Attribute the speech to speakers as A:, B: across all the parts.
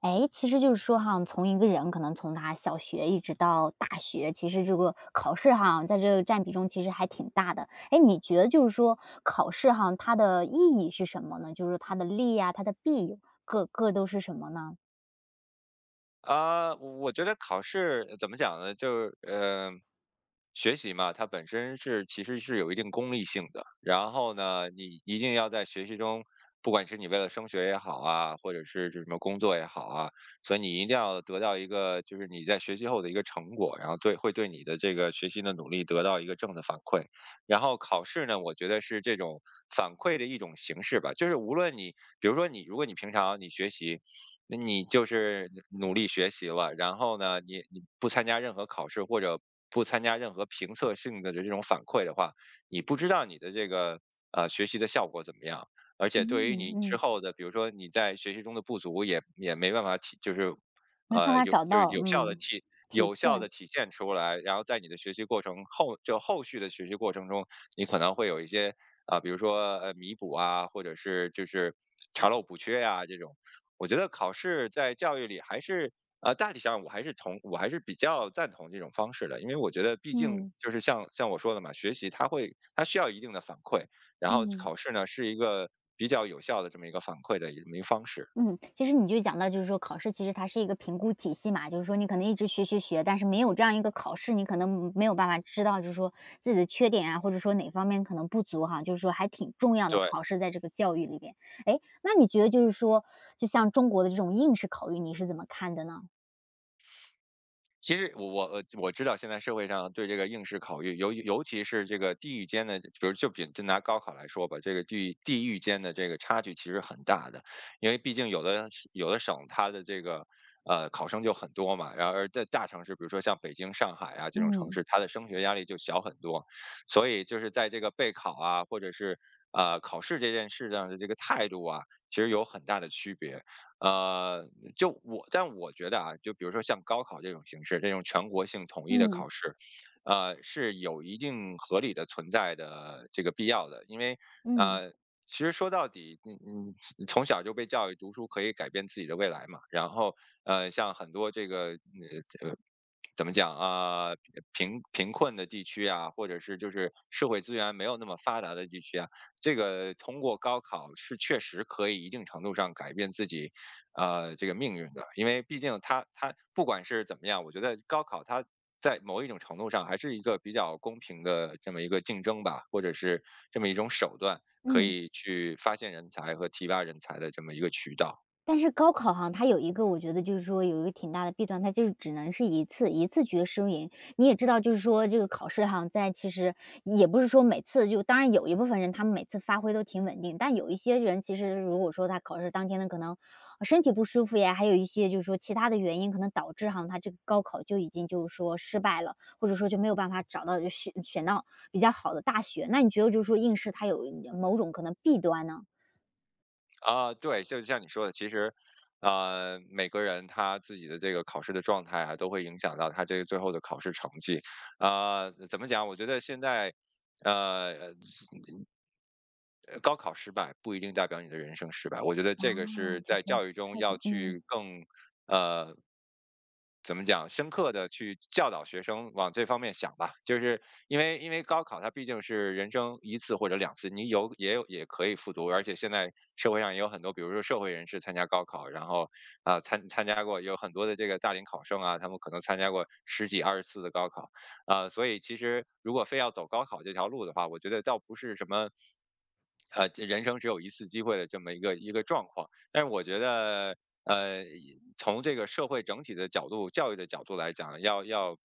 A: 哎，其实就是说哈，从一个人可能从他小学一直到大学，其实这个考试哈，在这个占比中其实还挺大的。哎，你觉得就是说考试哈，它的意义是什么呢？就是它的利呀，它的弊，各各都是什么呢？
B: 啊，我觉得考试怎么讲呢？就是学习嘛，它本身是其实是有一定功利性的。然后呢，你一定要在学习中，不管是你为了升学也好啊，或者是什么工作也好啊，所以你一定要得到一个就是你在学习后的一个成果，然后会对你的这个学习的努力得到一个正的反馈。然后考试呢，我觉得是这种反馈的一种形式吧，就是无论你，比如说你，如果你平常你学习。那你就是努力学习了，然后呢，你不参加任何考试或者不参加任何评测性的这种反馈的话，你不知道你的这个学习的效果怎么样，而且对
A: 嗯
B: 于你之
A: 嗯，
B: 后的，比如说你在学习中的不足也没办法体，就是
A: 没办
B: 呃
A: 法
B: 有
A: 找
B: 就是
A: 到，
B: 有效的
A: 嗯，
B: 体
A: 体
B: 有效的
A: 现，
B: 体现出来，然后在你的学习过程后就后续的学习过程中，你可能会有一些啊、比如说弥补啊，或者是就是查漏补缺呀、这种。我觉得考试在教育里还是大体上我还是比较赞同这种方式的，因为我觉得毕竟
A: 嗯
B: 就是像我说的嘛，学习它需要一定的反馈，然后
A: 嗯。
B: 考试呢是一个比较有效的这么一个反馈的这么一个方式，
A: 嗯，其实你就讲到就是说考试其实它是一个评估体系嘛，就是说你可能一直学学学，但是没有这样一个考试，你可能没有办法知道就是说自己的缺点啊，或者说哪方面可能不足哈，就是说还挺重要的
B: 对。
A: 考试在这个教育里边。哎，那你觉得就是说，就像中国的这种应试考育，你是怎么看的呢？
B: 其实我知道现在社会上对这个应试考育，尤其是这个地域间的，比如就比就拿高考来说吧，这个地域间的这个差距其实很大的，因为毕竟有的省它的这个考生就很多嘛，然后而在大城市，比如说像北京、上海啊这种城
A: 嗯
B: 市，它的升学压力就小很多，所以就是在这个备考啊，或者是考试这件事上的这个态度啊，其实有很大的区别。呃，就我但我觉得啊，就比如说像高考这种形式，这种全国性统一的
A: 嗯
B: 考试，是有一定合理的存在的这个必要的，因为
A: 嗯
B: 呃，其实说到底，你从小就被教育读书可以改变自己的未来嘛，然后像很多这个呃怎么讲啊、贫困的地区啊，或者是就是社会资源没有那么发达的地区啊，这个通过高考是确实可以一定程度上改变自己，这个命运的，因为毕竟它不管是怎么样，我觉得高考它在某一种程度上还是一个比较公平的这么一个竞争吧，或者是这么一种手段，可
A: 嗯。
B: 以去发现人才和提拔人才的这么一个渠道。
A: 但是高考哈，它有一个我觉得就是说有一个挺大的弊端，它就是只能是一次一次决输赢。你也知道，就是说这个考试哈，在其实也不是说每次就当然有一部分人他们每次发挥都挺稳定，但有一些人其实如果说他考试当天呢，可能身体不舒服呀，还有一些就是说其他的原因，可能导致哈他这个高考就已经就是说失败了，或者说就没有办法找到就选选到比较好的大学。那你觉得就是说应试它有某种可能弊端呢？
B: 啊，对，就像你说的，其实，每个人他自己的这个考试的状态啊，都会影响到他这个最后的考试成绩。啊、怎么讲？我觉得现在，呃，高考失败不一定代表你的人生失败，我觉得
A: 啊，
B: 这个是
A: 就
B: 在
A: 是
B: 教育中
A: 态
B: 要
A: 度，嗯。
B: 去更，呃，怎么讲，深刻的去教导学生往这方面想吧。就是因为高考它毕竟是人生一次或者两次，你有也有也可以复读，而且现在社会上也有很多，比如说社会人士参加高考，然后，啊，参加过有很多的这个大龄考生啊，他们可能参加过十几二十次的高考。所以其实如果非要走高考这条路的话，我觉得倒不是什么。这人生只有一次机会的这么一个状况，但是我觉得，呃，从这个社会整体的角度、教育的角度来讲，要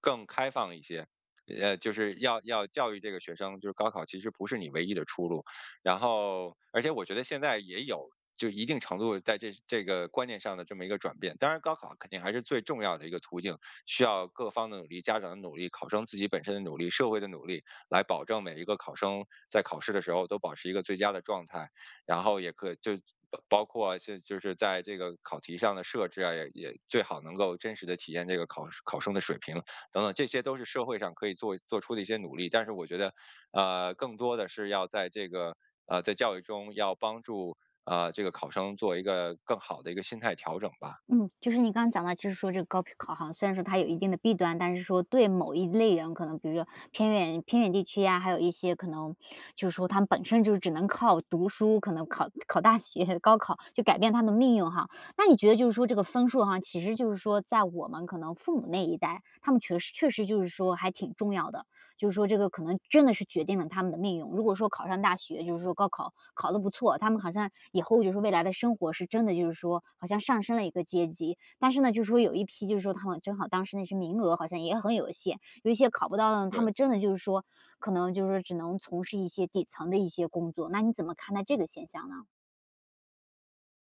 B: 更开放一些，就是要教育这个学生，就是高考其实不是你唯一的出路，然后，而且我觉得现在也有就一定程度在这个观念上的这么一个转变。当然，高考肯定还是最重要的一个途径，需要各方的努力、家长的努力、考生自己本身的努力、社会的努力，来保证每一个考生在考试的时候都保持一个最佳的状态。然后也可就包括是就是在这个考题上的设置啊，也最好能够真实的体验这个考生的水平等等，这些都是社会上可以做出的一些努力。但是我觉得更多的是要在这个在教育中要帮助这个考生做一个更好的一个心态调整吧。
A: 嗯，就是你刚刚讲到，其实说这个高考哈，虽然说它有一定的弊端，但是说对某一类人，可能比如说偏远偏远地区呀、还有一些可能就是说他们本身就是只能靠读书，可能考考大学、高考就改变他的命运哈。那你觉得就是说这个分数哈，其实就是说在我们可能父母那一代，他们确实确实就是说还挺重要的。就是说这个可能真的是决定了他们的命运。如果说考上大学，就是说高考考得不错，他们好像以后就是未来的生活是真的就是说好像上升了一个阶级。但是呢，就是说有一批就是说他们正好当时那些名额好像也很有限，有一些考不到的呢，他
B: 对。
A: 们真的就是说可能就是说只能从事一些底层的一些工作。那你怎么看待这个现象呢？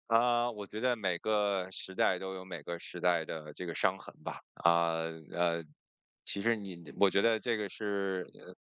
B: 啊，我觉得每个时代都有每个时代的这个伤痕吧。啊，呃，其实你，我觉得这个是，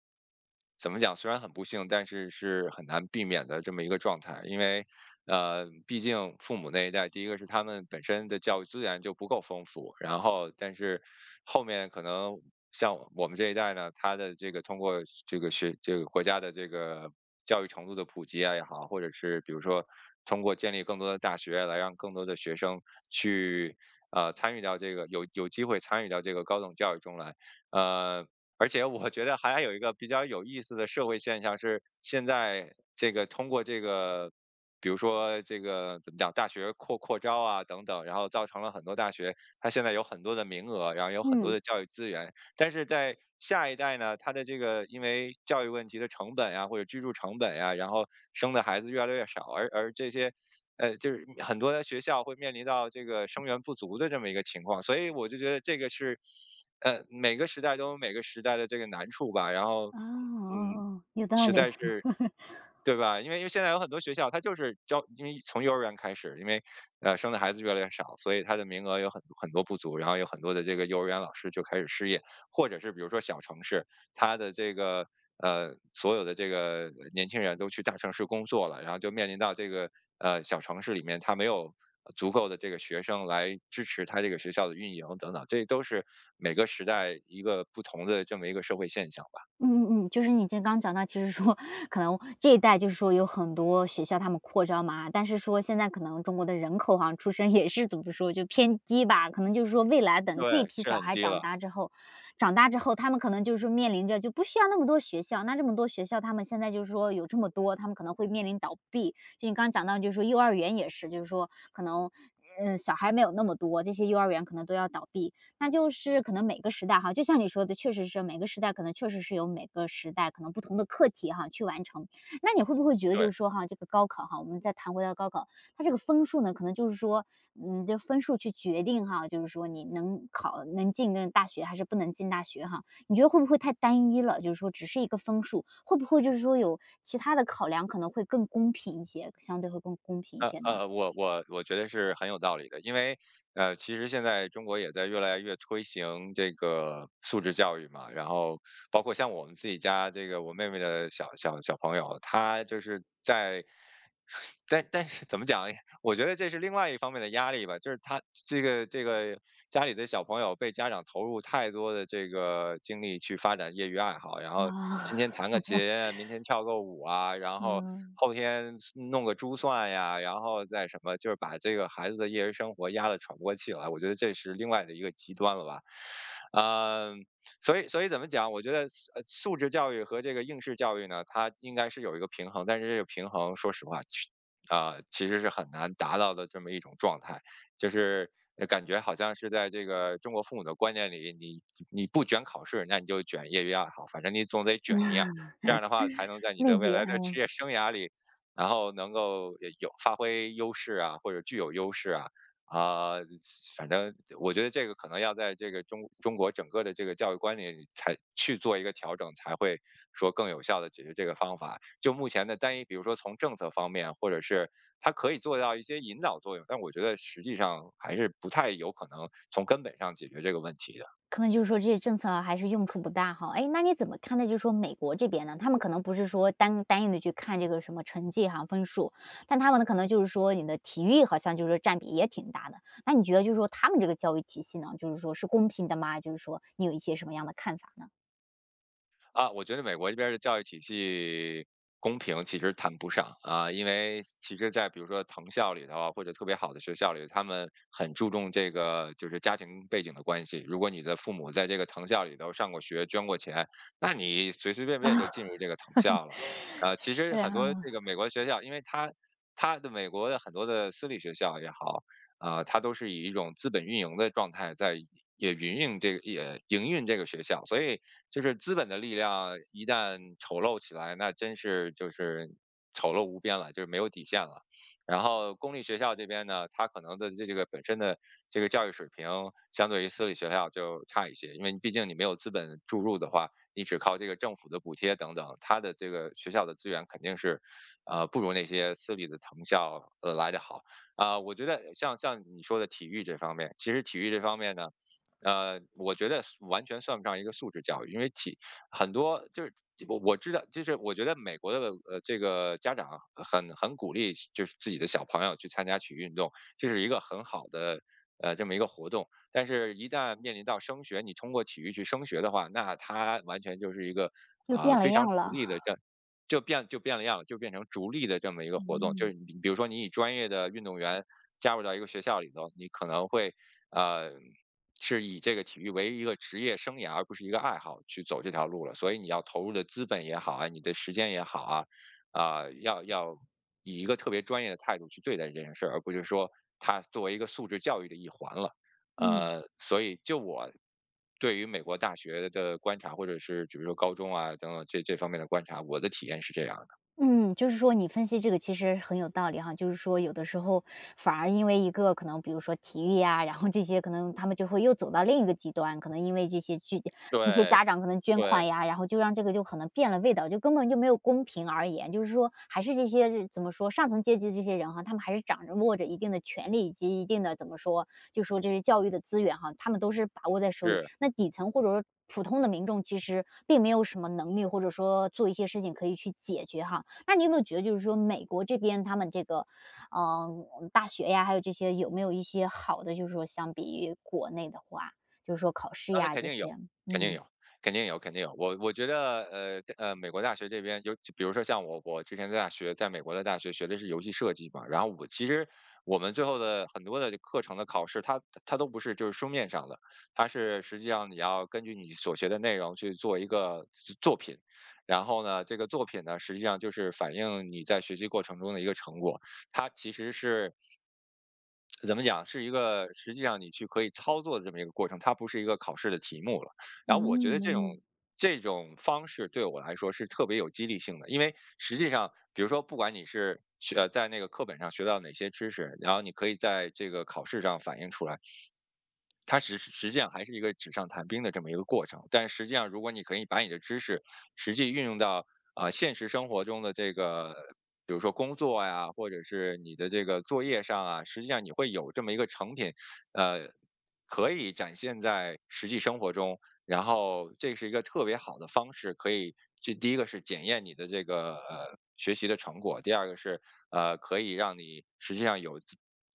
B: 怎么讲？虽然很不幸，但是是很难避免的这么一个状态。因为，毕竟父母那一代，第一个是他们本身的教育资源就不够丰富，然后，但是后面可能像我们这一代呢，他的这个通过这个学这个国家的这个教育程度的普及啊也好，或者是比如说通过建立更多的大学来让更多的学生去参与到这个有机会参与到这个高等教育中来。呃。而且我觉得还有一个比较有意思的社会现象是，现在这个通过这个比如说这个怎么讲，大学扩招啊等等，然后造成了很多大学它现在有很多的名额，然后有很多
A: 嗯，
B: 的教育资源，但是在下一代呢，他的这个因为教育问题的成本呀，或者居住成本呀，然后生的孩子越来越少，而这些，就是很多的学校会面临到这个生源不足的这么一个情况，所以我就觉得这个是，每个时代都有每个时代的这个难处吧，然后，
A: 哦哦
B: 嗯，
A: 哦，有道
B: 实
A: 理。
B: 在是。对吧？因为现在有很多学校，它就是教，因为从幼儿园开始，因为生的孩子越来越少，所以它的名额有很多不足，然后有很多的这个幼儿园老师就开始失业。或者是比如说小城市，它的这个所有的这个年轻人都去大城市工作了，然后就面临到这个小城市里面，它没有足够的这个学生来支持它这个学校的运营等等，这都是每个时代一个不同的这么一个社会现象吧。
A: 嗯嗯嗯，就是你这刚讲到，其实说可能这一代就是说有很多学校他们扩招嘛，但是说现在可能中国的人口好像出生也是怎么说就偏低吧，可能就是说未来等这
B: 对，
A: 批
B: 是
A: 小
B: 很
A: 孩
B: 低
A: 长
B: 了，
A: 大之后，长大之后他们可能就是说面临着就不需要那么多学校，那这么多学校他们现在就是说有这么多，他们可能会面临倒闭。就你刚讲到，就是说幼儿园也是，就是说可能嗯小孩没有那么多，这些幼儿园可能都要倒闭。那就是可能每个时代哈，就像你说的，确实是每个时代可能确实是有每个时代可能不同的课题哈去完成。那你会不会觉得
B: 对。
A: 就是说哈，这个高考哈，我们再谈回到高考，它这个分数呢，可能就是说，嗯，这分数去决定哈，就是说你能考能进个大学还是不能进大学哈？你觉得会不会太单一了？就是说只是一个分数，会不会就是说有其他的考量，可能会更公平一些，相对会更公平一些呢？
B: 我觉得是很有道理的，因为其实现在中国也在越来越推行这个素质教育嘛，然后包括像我们自己家这个我妹妹的小朋友，她就是在。但是怎么讲，我觉得这是另外一方面的压力吧，就是他这个家里的小朋友被家长投入太多的这个精力去发展业余爱好，然后
A: 啊，
B: 今天弹个琴，明天跳个舞啊，然后
A: 嗯，
B: 后天弄个珠算呀，然后再什么，就是把这个孩子的业余生活压得喘不过气来，我觉得这是另外的一个极端了吧。嗯，所以怎么讲？我觉得素质教育和这个应试教育呢，它应该是有一个平衡，但是这个平衡说实话啊，其实是很难达到的这么一种状态。就是感觉好像是在这个中国父母的观念里，你不卷考试，那你就卷业余爱好，反正你总得卷一样，这样的话才能在你的
A: 内
B: 未
A: 卷。
B: 来的职业生涯里，然后能够有发挥优势啊，或者具有优势啊。啊、反正我觉得这个可能要在这个中国整个的这个教育观念里才去做一个调整，才会说更有效的解决这个方法。就目前的单一，比如说从政策方面，或者是它可以做到一些引导作用，但我觉得实际上还是不太有可能从根本上解决这个问题的。
A: 可能就是说这些政策还是用处不大哈。哎，那你怎么看待就是说美国这边呢？他们可能不是说单单一的去看这个什么成绩哈、分数，但他们呢可能就是说你的体育好像就是说占比也挺大的。那你觉得就是说他们这个教育体系呢，就是说是公平的吗？就是说你有一些什么样的看法呢？
B: 啊，我觉得美国这边儿的教育体系公平其实谈不上啊，因为其实在比如说藤校里头啊，或者特别好的学校里，他们很注重这个就是家庭背景的关系。如果你的父母在这个藤校里头上过学、捐过钱，那你随随便便就进
A: 啊，
B: 入这个藤校了。呃，其实
A: 对
B: 很多
A: 啊。
B: 这个美国学校，因为它的美国的很多的私立学校也好，啊、它都是以一种资本运营的状态在也营运这个学校，所以就是资本的力量一旦丑陋起来，那真是就是丑陋无边了，就是没有底线了。然后公立学校这边呢，它可能的这个本身的这个教育水平，相对于私立学校就差一些，因为毕竟你没有资本注入的话，你只靠这个政府的补贴等等，它的这个学校的资源肯定是，呃，不如那些私立的藤校来得好。啊、我觉得像你说的体育这方面，其实体育这方面呢。呃，我觉得是完全算不上一个素质教育，因为体很多就是我知道，就是我觉得美国的呃这个家长很鼓励，就是自己的小朋友去参加体育运动，这是一个很好的这么一个活动。但是，一旦面临到升学，你通过体育去升学的话，那他完全就是一个
A: 又
B: 啊、呃
A: 变了
B: 非
A: 样
B: 常逐
A: 了，
B: 利的这就变了样了就变成逐利的这么一个活动。就
A: 嗯。
B: 是你比如说，你以专业的运动员加入到一个学校里头，你可能会呃是以这个体育为一个职业生涯，而不是一个爱好去走这条路了。所以你要投入的资本也好啊，你的时间也好啊，啊、要要以一个特别专业的态度去对待这件事儿，而不是说它作为一个素质教育的一环了。
A: 嗯。
B: 呃，所以就我对于美国大学的观察，或者是比如说高中啊等等这方面的观察，我的体验是这样的。
A: 嗯，就是说你分析这个其实很有道理哈，就是说有的时候反而因为一个可能，比如说体育呀，然后这些可能他们就会又走到另一个极端，可能因为这些具一些
B: 对
A: 家长可能捐
B: 对
A: 款呀，然后就让这个就可能变了味道，就根本就没有公平而言，就是说还是这些怎么说上层阶级的这些人哈，他们还是掌握着一定的权利以及一定的怎么说，就说这是教育的资源哈，他们都是把握在手里，
B: 是。
A: 那底层或者说。普通的民众其实并没有什么能力，或者说做一些事情可以去解决哈，那你有没有觉得，就是说美国这边他们这个，嗯、大学呀，还有这些有没有一些好的，就是说相比于国内的话，就是说考试
B: 啊，那
A: 呀
B: 肯
A: 这
B: 定
A: 些，
B: 有，肯定
A: 嗯
B: 有，肯定有，肯定有。我觉得，呃呃，美国大学这边，就比如说像我，我之前在大学，在美国的大学学的是游戏设计嘛，然后我其实我们最后的很多的课程的考试，它都不是就是书面上的，它是实际上你要根据你所学的内容去做一个作品，然后呢，这个作品呢，实际上就是反映你在学习过程中的一个成果。它其实是怎么讲，是一个实际上你去可以操作的这么一个过程，它不是一个考试的题目了。然后我觉得
A: 嗯
B: 这种
A: 嗯
B: 这种方式对我来说是特别有激励性的，因为实际上，比如说不管你是学在那个课本上学到哪些知识，然后你可以在这个考试上反映出来，它实际上还是一个纸上谈兵的这么一个过程。但实际上，如果你可以把你的知识实际运用到现实生活中的这个，比如说工作呀，或者是你的这个作业上啊，实际上你会有这么一个成品，呃，可以展现在实际生活中。然后这是一个特别好的方式，可以这第一个是检验你的这个呃学习的成果，第二个是呃可以让你实际上有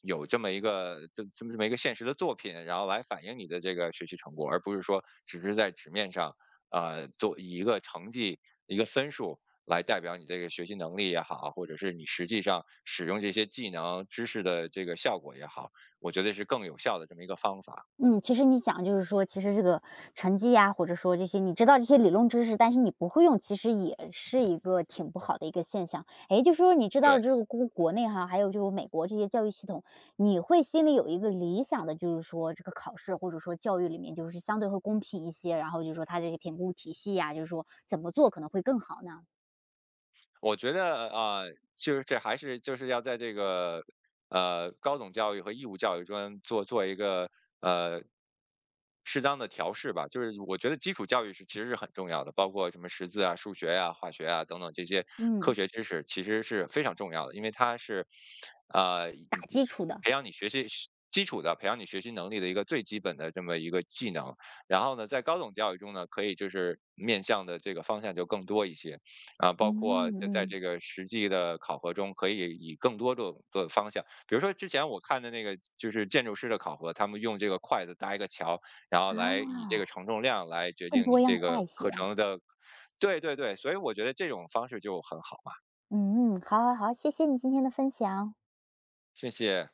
B: 有这么一个现实的作品，然后来反映你的这个学习成果，而不是说只是在纸面上，呃，做以一个成绩、一个分数来代表你这个学习能力也好，或者是你实际上使用这些技能、知识的这个效果也好，我觉得是更有效的这么一个方法。
A: 嗯，其实你讲就是说，其实这个成绩呀，或者说这些你知道这些理论知识，但是你不会用，其实也是一个挺不好的一个现象。诶，就是说你知道
B: 对。
A: 了这个国国内哈，还有就是美国这些教育系统，你会心里有一个理想的，就是说这个考试或者说教育里面就是相对会公平一些，然后就是说它这些评估体系呀，就是说怎么做可能会更好呢？
B: 我觉得啊、呃就是这还是就是要在这个呃高等教育和义务教育中做一个呃适当的调试吧。就是我觉得基础教育是其实是很重要的，包括什么识字啊、数学呀、化学啊等等这些科
A: 嗯，
B: 学知识，其实是非常重要的，因为它是呃
A: 打基础的，
B: 培养你学习基础的、培养你学习能力的一个最基本的这么一个技能。然后呢，在高等教育中呢，可以就是面向的这个方向就更多一些。啊，包括
A: 嗯
B: 在在
A: 嗯
B: 这个实际的考核中，可以以更多种的方向，比如说之前我看的那个就是建筑师的考核，他们用这个筷子搭一个桥，然后来以这个
A: 啊，
B: 承重量来决
A: 更
B: 定你
A: 多样
B: 这
A: 化
B: 个
A: 一
B: 课
A: 些。
B: 程的，对对对，所以我觉得这种方式就很好嘛，
A: 嗯嗯，好好好，谢谢你今天的分享。
B: 谢谢。